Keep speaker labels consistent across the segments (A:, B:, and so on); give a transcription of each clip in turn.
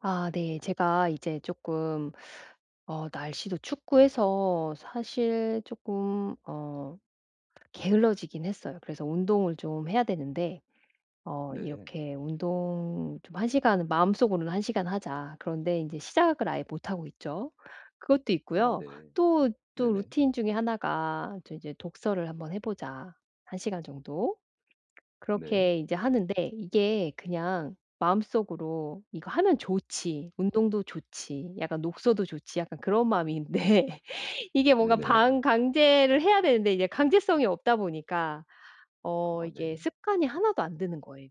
A: 아 네. 제가 이제 조금 날씨도 춥고 해서 사실 조금 게을러지긴 했어요. 그래서 운동을 좀 해야 되는데
B: 네.
A: 이렇게 운동 좀 한 시간 마음속으로는 한 시간 하자. 그런데 이제 시작을 아예 못하고 있죠. 그것도
B: 아
A: 있고요.
B: 네.
A: 또, 또
B: 네네.
A: 루틴 중에 하나가 저 이제 독서를 한번 해 보자 한 시간 정도.
B: 네.
A: 그렇게 이제 하는데 이게 그냥 마음속으로 '이거 하면 좋지. 운동도 좋지. 약간 녹서도 좋지.' 약간 그런 마음인데 이게 뭔가
B: 네네.
A: 방 강제를 해야 되는데 이제 강제성이 없다 보니까
B: 아
A: 이게
B: 네.
A: 습관이 하나도 안 드는 거예요.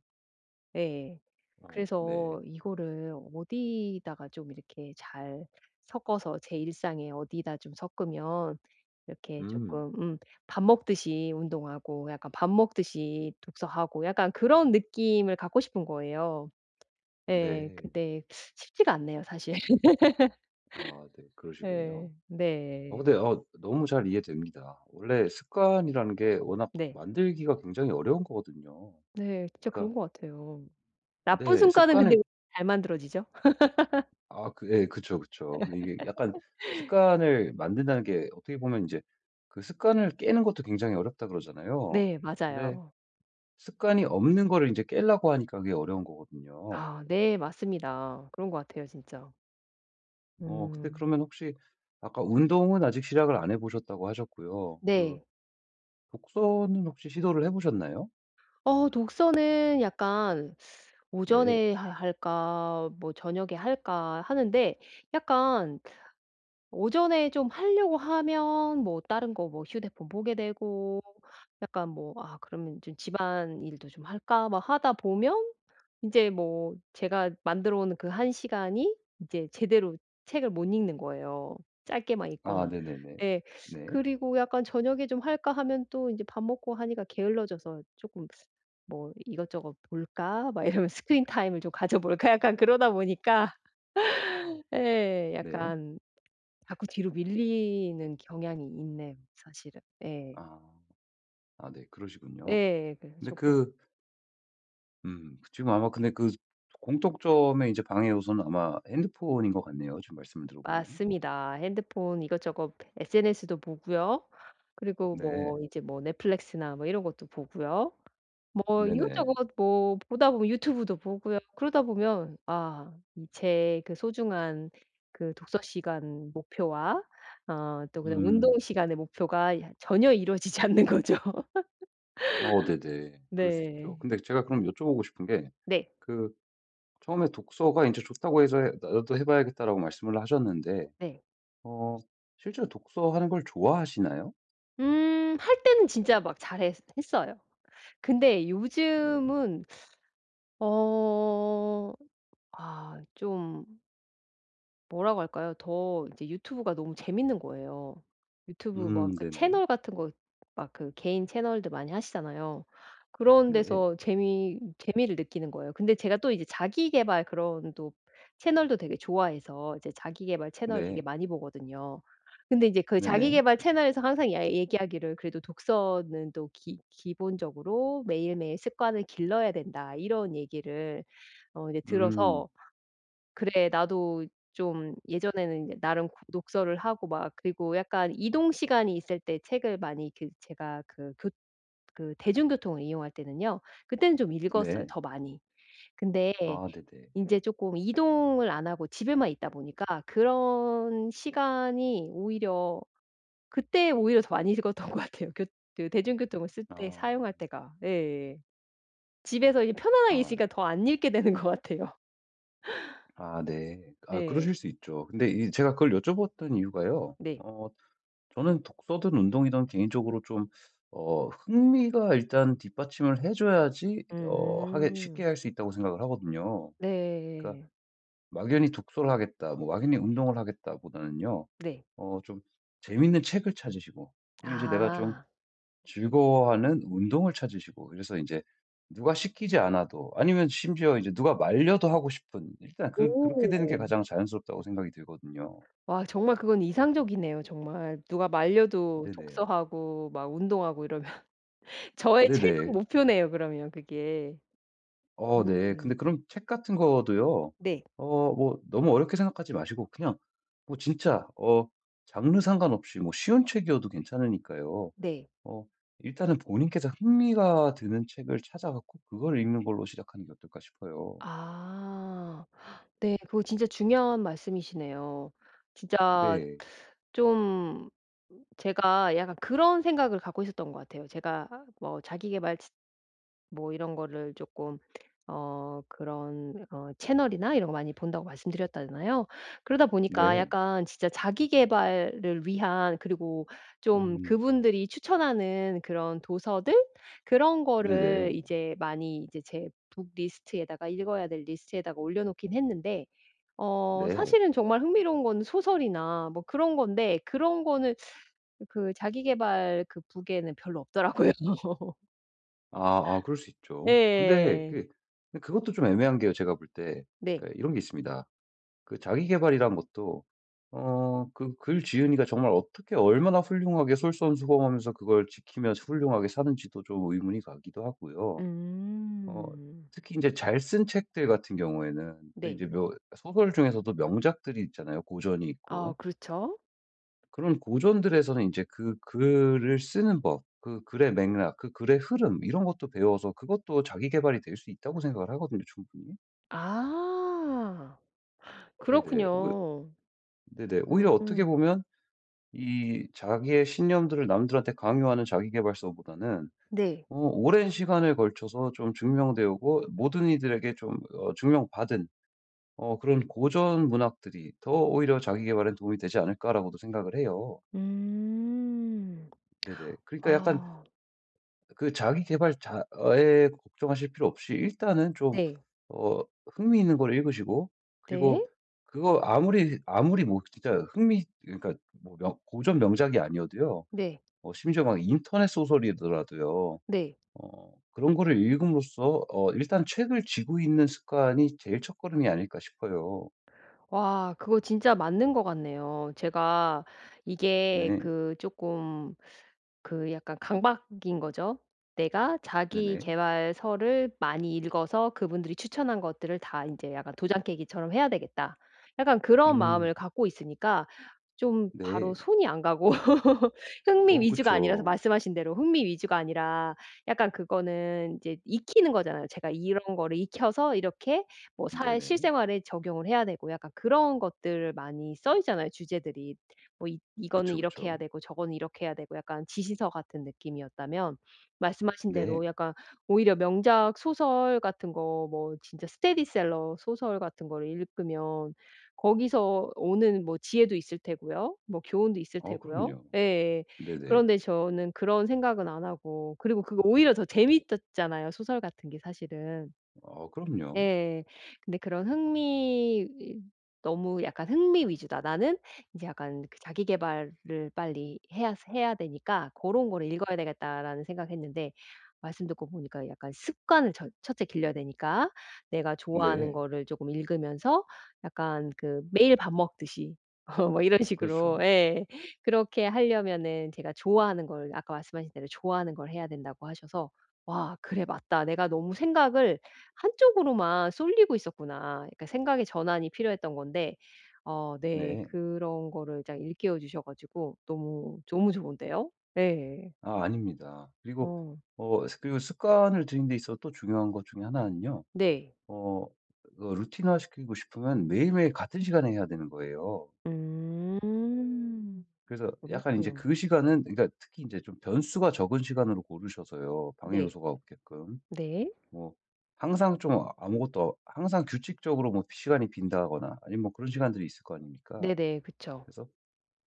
A: 예.
B: 어 네.
A: 그래서 이거를 어디다가 좀 이렇게 잘 섞어서 제 일상에 어디다 좀 섞으면 이렇게
B: 음.
A: 조금 밥 먹듯이 운동하고 약간 밥 먹듯이 독서하고 약간 그런 느낌을 갖고 싶은 거예요. 예.
B: 네.
A: 근데 쉽지가 않네요 사실.
B: 아 네. 그러시군요.
A: 예.
B: 어
A: 네.
B: 근데 너무 잘 이해됩니다. 원래 습관이라는 게 워낙
A: 네.
B: 만들기가 굉장히 어려운 거거든요.
A: 네. 진짜
B: 그러니까
A: 그런 것 같아요. 나쁜
B: 네
A: 습관은 근데
B: 습관을
A: 잘 만들어지죠?
B: 아 그 예 그쵸, 그쵸. 근데 이게 약간 습관을 만든다는 게 어떻게 보면 이제 그 습관을 깨는 것도 굉장히 어렵다 그러잖아요.
A: 네.
B: 근데
A: 맞아요.
B: 습관이 없는 거를 이제 깨려고 하니까 그게 어려운 거거든요.
A: 아 네. 맞습니다. 그런 것 같아요 진짜.
B: 어 근데
A: 음.
B: 그러면 혹시 아까 운동은 아직 시작을 안 해 보셨다고 하셨고요. 그
A: 네.
B: 독서는 혹시 시도를 해 보셨나요?
A: 독서는 약간
B: 네.
A: '오전에 하 할까? 뭐 저녁에 할까?' 하는데 약간 오전에 좀 하려고 하면 뭐 다른 거 뭐 휴대폰 보게 되고 약간 뭐 '아 그러면 좀 집안일도 좀 할까?' 막 하다 보면 인제 뭐 제가 만들어 온 그 한 시간이 이제 제대로 책을 못 읽는 거예요, 짧게만
B: 아
A: 읽거나.
B: 네네네.
A: 예.
B: 네.
A: 그리고 약간 '저녁에 좀 할까?' 하면 또 인제 밥 먹고 하니까 게을러져서 쪼끔 '뭐 이것저것 볼까?' 막 이러면서 '스크린 타임을 좀 가져 볼까?' 약간 그러다 보니까 예
B: 네.
A: 약간 자꾸 뒤로 밀리는 경향이 있네요 사실은. 예.
B: 아. 아 네. 그러시군요.
A: 예. 그래서
B: 근데
A: 쪼끔
B: 그 지금 아마 근데 그 공통점의 이제 방해 요소는 아마 핸드폰인 것 같네요, 지금 말씀을 들어보면.
A: 맞습니다. 핸드폰 이것저것 SNS도 보고요. 그리고
B: 네.
A: 뭐 이제 뭐 넷플릭스나 뭐 이런 것도 보고요. 뭐
B: 네네.
A: 이것저것 뭐 보다 보면 유튜브도 보고요. 그러다 보면 아 이 제 그 소중한 그 독서 시간 목표와 또 그다음에 운동
B: 음.
A: 시간의 목표가 야 전혀 이루어지지 않는 거죠.
B: 어 네네. 그럴 수 있죠.
A: 네.
B: 근데 제가 그럼 여쭤보고 싶은 게
A: 네.
B: 그 처음에 독서가 이제 좋다고 해서 해 '나도 해 봐야겠다.'라고 말씀을 하셨는데
A: 네.
B: 어 실제로 독서하는 걸 좋아하시나요?
A: 할 때는 진짜 막 잘했 했어요. 근데
B: 네.
A: 요즘은 어아좀 뭐라고 할까요? 더 이제 유튜브가 너무 재밌는 거예요. 유튜브 막 그
B: 네네.
A: 채널 같은 거 막 그 개인 채널들 많이 하시잖아요. 그런
B: 네.
A: 데서 재미를 느끼는 거예요. 근데 제가 또 이제 자기 계발 그런 또 채널도 되게 좋아해서 이제 자기 계발 채널 되게
B: 네.
A: 많이 보거든요. 근데 이제 그 자기
B: 네네.
A: 계발 채널에서 항상 야 얘기하기를 "그래도 독서는 또 기 기본적으로 매일매일 습관을 길러야 된다." 이런 얘기를 이제
B: 음
A: 들어서 그래 나도 좀 예전에는 이제 나름 구 독서를 하고 막 그리고 약간 이동 시간이 있을 때 책을 많이 그 제가 그 교 그 대중교통을 이용할 때는요. 그때는 좀 읽었어요
B: 네.
A: 더 많이. 근데
B: 아 네네.
A: 이제 조금 이동을 안 하고 집에만 있다 보니까 그런 시간이 오히려 그때 오히려 더 많이 읽었던 것 같아요. 교 그 대중교통을 쓸 때
B: 아.
A: 사용할 때가. 예예. 집에서 이 편안하게 있으니까
B: 아.
A: 더 안 읽게 되는 것 같아요.
B: 아 네. 아
A: 예.
B: 그러실 수 있죠. 근데 이 제가 그걸 여쭤봤던 이유가요.
A: 네.
B: 어 저는 독서든 운동이든 개인적으로 좀 어 흥미가 일단 뒷받침을 해 줘야지 어 하게 쉽게
A: 음.
B: 할 수 있다고 생각을 하거든요. 그러니까
A: 네.
B: 막연히 독서를 하겠다, 뭐 막연히 운동을 하겠다보다는요.
A: 네.
B: 어 좀 재밌는 책을 찾으시고 그리고 인제 내가 좀
A: 아.
B: 즐거워하는 운동을 찾으시고 그래서 인제 누가 시키지 않아도 아니면 심지어 이제 누가 말려도 하고 싶은 일단 그
A: 오.
B: 그렇게 되는 게 가장 자연스럽다고 생각이 들거든요.
A: 와 정말 그건 이상적이네요 정말. 누가 말려도
B: 네네.
A: 독서하고 막 운동하고 이러면 저의 최종
B: 네네.
A: 목표네요 그러면 그게.
B: 어 네.
A: 음.
B: 근데 그럼 책 같은 거도요.
A: 네.
B: 어 뭐 너무 어렵게 생각하지 마시고 그냥 뭐 진짜 어 장르 상관없이 뭐 쉬운 책이어도 괜찮으니까요.
A: 네.
B: 어 일단은 본인께서 흥미가 드는 책을 찾아 갖고 그걸 읽는 걸로 시작하는 게 어떨까 싶어요.
A: 아. 네. 그거 진짜 중요한 말씀이시네요. 진짜
B: 네.
A: 좀 제가 약간 그런 생각을 갖고 있었던 것 같아요. 제가 뭐 자기계발 치 뭐 이런 거를 쪼끔 그런 채널이나 이런 거 많이 본다고 말씀드렸잖아요. 그러다 보니까
B: 네.
A: 약간 진짜 자기 개발을 위한 그리고 좀
B: 음.
A: 그분들이 추천하는 그런 도서들 그런 거를
B: 네네.
A: 이제 많이 이제 제 북 리스트에다가 읽어야 될 리스트에다가 올려 놓긴 했는데
B: 네.
A: 사실은 정말 흥미로운 건 소설이나 뭐 그런 건데 그런 거는 그 자기 개발 그 북에는 별로 없더라고요.
B: 아 아 그럴 수 있죠. 근데
A: 네
B: 그 근데 그것도 좀 애매한 게요, 제가 볼 때.
A: 네.
B: 그러니까 이런 게 있습니다. 그 자기 개발이란 것도 어 그 글 지은이가 정말 어떻게 얼마나 훌륭하게 솔선수범하면서 그걸 지키면서 훌륭하게 사는지도 좀 의문이 가기도 하고요. 어
A: 음.
B: 특히 이제 잘 쓴 책들 같은 경우에는 또
A: 네.
B: 이제 묘 소설 중에서도 명작들이 있잖아요, 고전이 있고.
A: 아 그렇죠.
B: 그런 고전들에서는 이제 그 글을 쓰는 법, 그 글의 맥락, 그 글의 흐름 이런 것도 배워서 그것도 자기 개발이 될 수 있다고 생각을 하거든요, 충분히.
A: 아
B: 네네. 오히
A: 그렇군요.
B: 네네. 오히려 어떻게
A: 음.
B: 보면 이 자기의 신념들을 남들한테 강요하는 자기 개발서보다는
A: 네.
B: 어 오랜 시간을 걸쳐서 좀 증명되어 고 모든 이들에게 좀 어 증명받은 어 그런 고전 문학들이 더 오히려 자기 계발에 도움이 되지 않을까라고도 생각을 해요.
A: 음.
B: 네네. 그러니까 약간
A: 아.
B: 그 자기 계발 자에 걱정하실 필요 없이 일단은 좀
A: 네.
B: 어 흥미 있는 걸 읽으시고
A: 네.
B: 그리고 그거 아무리 아무리 뭐 진짜 흥미 그러니까 뭐 명 고전 명작이 아니어도요.
A: 네.
B: 어 심지어 막 인터넷 소설이더라도요.
A: 네.
B: 어 그런 거를 읽음으로써 어 일단 책을 지고 있는 습관이 제일 첫걸음이 아닐까 싶어요.
A: 와 그거 진짜 맞는 것 같네요. 제가 이게
B: 네.
A: 그 조금 그 약간 강박인 거죠. 내가 자기
B: 네네.
A: 계발서를 많이 읽어서 그분들이 추천한 것들을 다 인제 약간 '도장 깨기처럼 해야 되겠다.' 약간 그런
B: 음.
A: 마음을 갖고 있으니까 좀
B: 네.
A: 바로 손이 안 가고 흥미
B: 어
A: 위주가 아니라서
B: 그쵸.
A: 말씀하신 대로 흥미 위주가 아니라 약간 그거는 인제 익히는 거잖아요. 제가 이런 거를 익혀서 이렇게 뭐 사회
B: 네네.
A: 실생활에 적용을 해야 되고 약간 그런 것들을 많이 써 있잖아요, 주제들이. 뭐 이 이거는
B: 그쵸,
A: 이렇게 해야
B: 그쵸.
A: 되고 저거는 이렇게 해야 되고 약간 지시서 같은 느낌이었다면 말씀하신
B: 네.
A: 대로 약간 오히려 명작 소설 같은 거 뭐 진짜 스테디셀러 소설 같은 거를 읽으면 거기서 오는 뭐 지혜도 있을 테고요. 뭐 교훈도 있을
B: 어
A: 테고요.
B: 그럼요.
A: 예예.
B: 네네.
A: 그런데 저는 그런 생각은 안 하고 그리고 그거 오히려 더 재밌었잖아요, 소설 같은 게 사실은.
B: 어 그럼요.
A: 예. 근데 그런 흥미 너무 약간 흥미 위주다. 나는 이제 약간 그 자기 계발을 빨리 해야 되니까 '고런 거를 읽어야 되겠다.'라는 생각했는데 말씀 듣고 보니까 약간 습관을 첫 첫째 길러야 되니까 내가 좋아하는
B: 네.
A: 거를 조금 읽으면서 약간 그 매일 밥 먹듯이 뭐 이런 식으로
B: 그렇죠.
A: 예 그렇게 하려면은 제가 좋아하는 걸 아까 말씀하신 대로 좋아하는 걸 해야 된다고 하셔서 와 그래 맞다. 내가 너무 생각을 한쪽으로만 쏠리고 있었구나. 그러니까 생각의 전환이 필요했던 건데 네
B: 네.
A: 그런 거를 딱 일깨워 주셔 가지고 너무 너무 좋은데요. 예.
B: 아 아닙니다. 그리고
A: 어
B: 어 그리고 습관을 들이는 데 있어서 또 중요한 것 중에 하나는요.
A: 네.
B: 어 그 루틴화 시키고 싶으면 매일매일 같은 시간에 해야 되는 거예요.
A: 음.
B: 그래서 약간 이제
A: 그렇군요.
B: 그 시간은 그러니까 특히 이제 좀 변수가 적은 시간으로 고르셔서요 방해
A: 네.
B: 요소가 없게끔.
A: 네.
B: 뭐 항상 좀 아무것도 항상 규칙적으로 뭐 시간이 빈다거나 아니면 뭐 그런 시간들이 있을 거 아닙니까?
A: 네네. 그쵸.
B: 그래서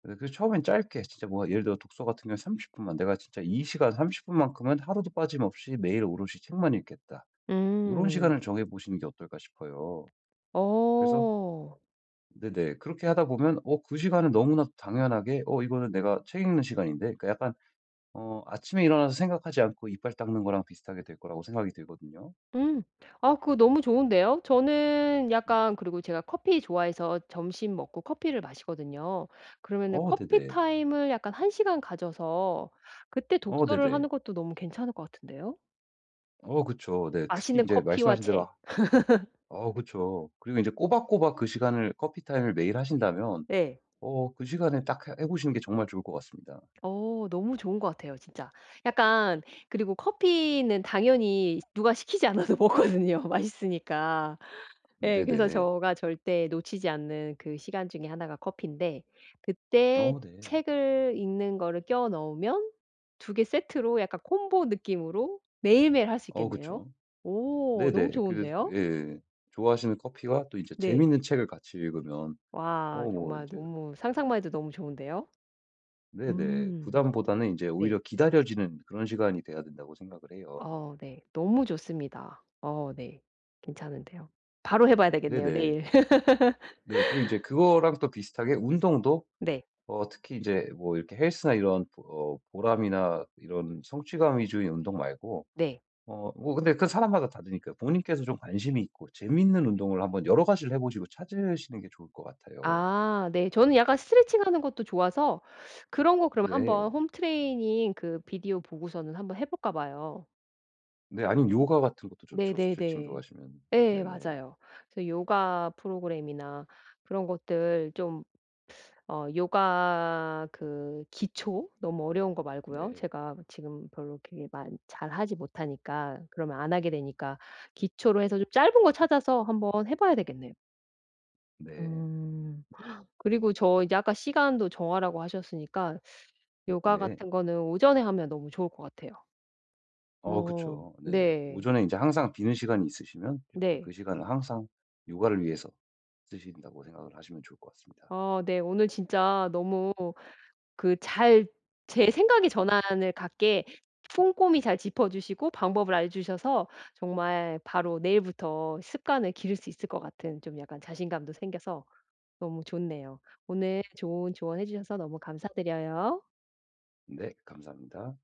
B: 그 처음엔 짧게 진짜 뭐 예를 들어 독서 같은 경우에 30 분만 '내가 진짜 이 시간 30 분만큼은 하루도 빠짐없이 매일 오롯이 책만 읽겠다.' 이런 시간을
A: 음.
B: 정해 보시는 게 어떨까 싶어요. 그래서
A: 어.
B: 네네 그렇게 하다 보면 어 그 시간은 너무나 당연하게 '어 이거는 내가 책 읽는 시간인데.' 그러니까 약간 어 아침에 일어나서 생각하지 않고 이빨 닦는 거랑 비슷하게 될 거라고 생각이 들거든요.
A: 음. 아 그거 너무 좋은데요. 저는
B: 네.
A: 약간 그리고 제가 커피 좋아해서 점심 먹고 커피를 마시거든요. 그러면은
B: 어
A: 커피
B: 네네.
A: 타임을 약간 1 시간 가져서 그때
B: 어
A: 독서를
B: 네네.
A: 하는 것도 너무 괜찮을 것 같은데요.
B: 어 그쵸. 네. 특히 이
A: 맛있는
B: 제
A: 커피와
B: 말씀하신 대로
A: 책.
B: 아 어 그쵸. 그리고 이제 꼬박꼬박 그 시간을 커피 타임을 매일 하신다면
A: 네.
B: 어 그 시간에 딱 해 보시는 게 정말 좋을 것 같습니다.
A: 너무 좋은 것 같아요 진짜. 약간 그리고 커피는 당연히 누가 시키지 않아도 먹거든요 맛있으니까. 예 그래서
B: 네네.
A: 제가 절대 놓치지 않는 그 시간 중에 하나가 커피인데 그때
B: 어 네.
A: 책을 읽는 거를 껴 넣으면 두 개 세트로 약간 콤보 느낌으로 매일매일 할 수
B: 어
A: 있겠네요.
B: 그쵸.
A: 오 너무
B: 네네. 그
A: 좋은데요?
B: 예. 좋아하시는 커피와 또 이제
A: 네.
B: 재밌는 책을 같이 읽으면
A: 와
B: 어 뭐
A: 정말
B: 이제
A: 너무 상상만 해도 너무 좋은데요?
B: 네네.
A: 음
B: 부담보다는 이제
A: 네.
B: 오히려 기다려지는 그런 시간이 돼야 된다고 생각을 해요.
A: 어 네. 너무 좋습니다. 어 네. 괜찮은데요. 바로 해 봐야 되겠네요
B: 네네.
A: 내일.
B: 네. 그리고 이제 그거랑 또 비슷하게 운동도
A: 네.
B: 어 특히 이제 뭐 이렇게 헬스나 이런 보 어 보람이나 이런 성취감 위주의 운동 말고
A: 네.
B: 어 뭐 근데 그건 사람마다 다르니까요. 본인께서 좀 관심이 있고 재미있는 운동을 한번 여러 가지를 해 보시고 찾으시는 게 좋을 것 같아요.
A: 아 네. 저는 약간 스트레칭하는 것도 좋아서 그런 거 그러면 한번
B: 네.
A: 홈 트레이닝 그 비디오 보고서는 한번 해 볼까 봐요.
B: 네 아니면 요가 같은 것도 좋죠, 스트레칭
A: 네네네.
B: 좋아하시면.
A: 예
B: 네네.
A: 맞아요. 그래서 요가 프로그램이나 그런 것들 좀 요가 그 기초 너무 어려운 거 말고요.
B: 네.
A: 제가 지금 별로 그게 많 잘하지 못하니까 그러면 안 하게 되니까 기초로 해서 좀 짧은 거 찾아서 한번 해 봐야 되겠네요.
B: 네.
A: 음. 그리고 저 이제 아까 시간도 정하라고 하셨으니까 요가
B: 네.
A: 같은 거는 오전에 하면 너무 좋을 것 같아요.
B: 어
A: 어.
B: 그쵸. 네네.
A: 네.
B: 오전에 이제 항상 비는 시간이 있으시면 약간 그
A: 네.
B: 시간을 항상 요가를 위해서 쓰신다고 생각을 하시면 좋을 것 같습니다.
A: 아 네. 오늘 진짜 너무 그 잘 제 생각의 전환을 갖게 꼼꼼히 잘 짚어 주시고 방법을 알려주셔서 정말 바로 내일부터 습관을 기를 수 있을 것 같은 좀 약간 자신감도 생겨서 너무 좋네요. 오늘 좋은 조언해 주셔서 너무 감사드려요.
B: 네 감사합니다.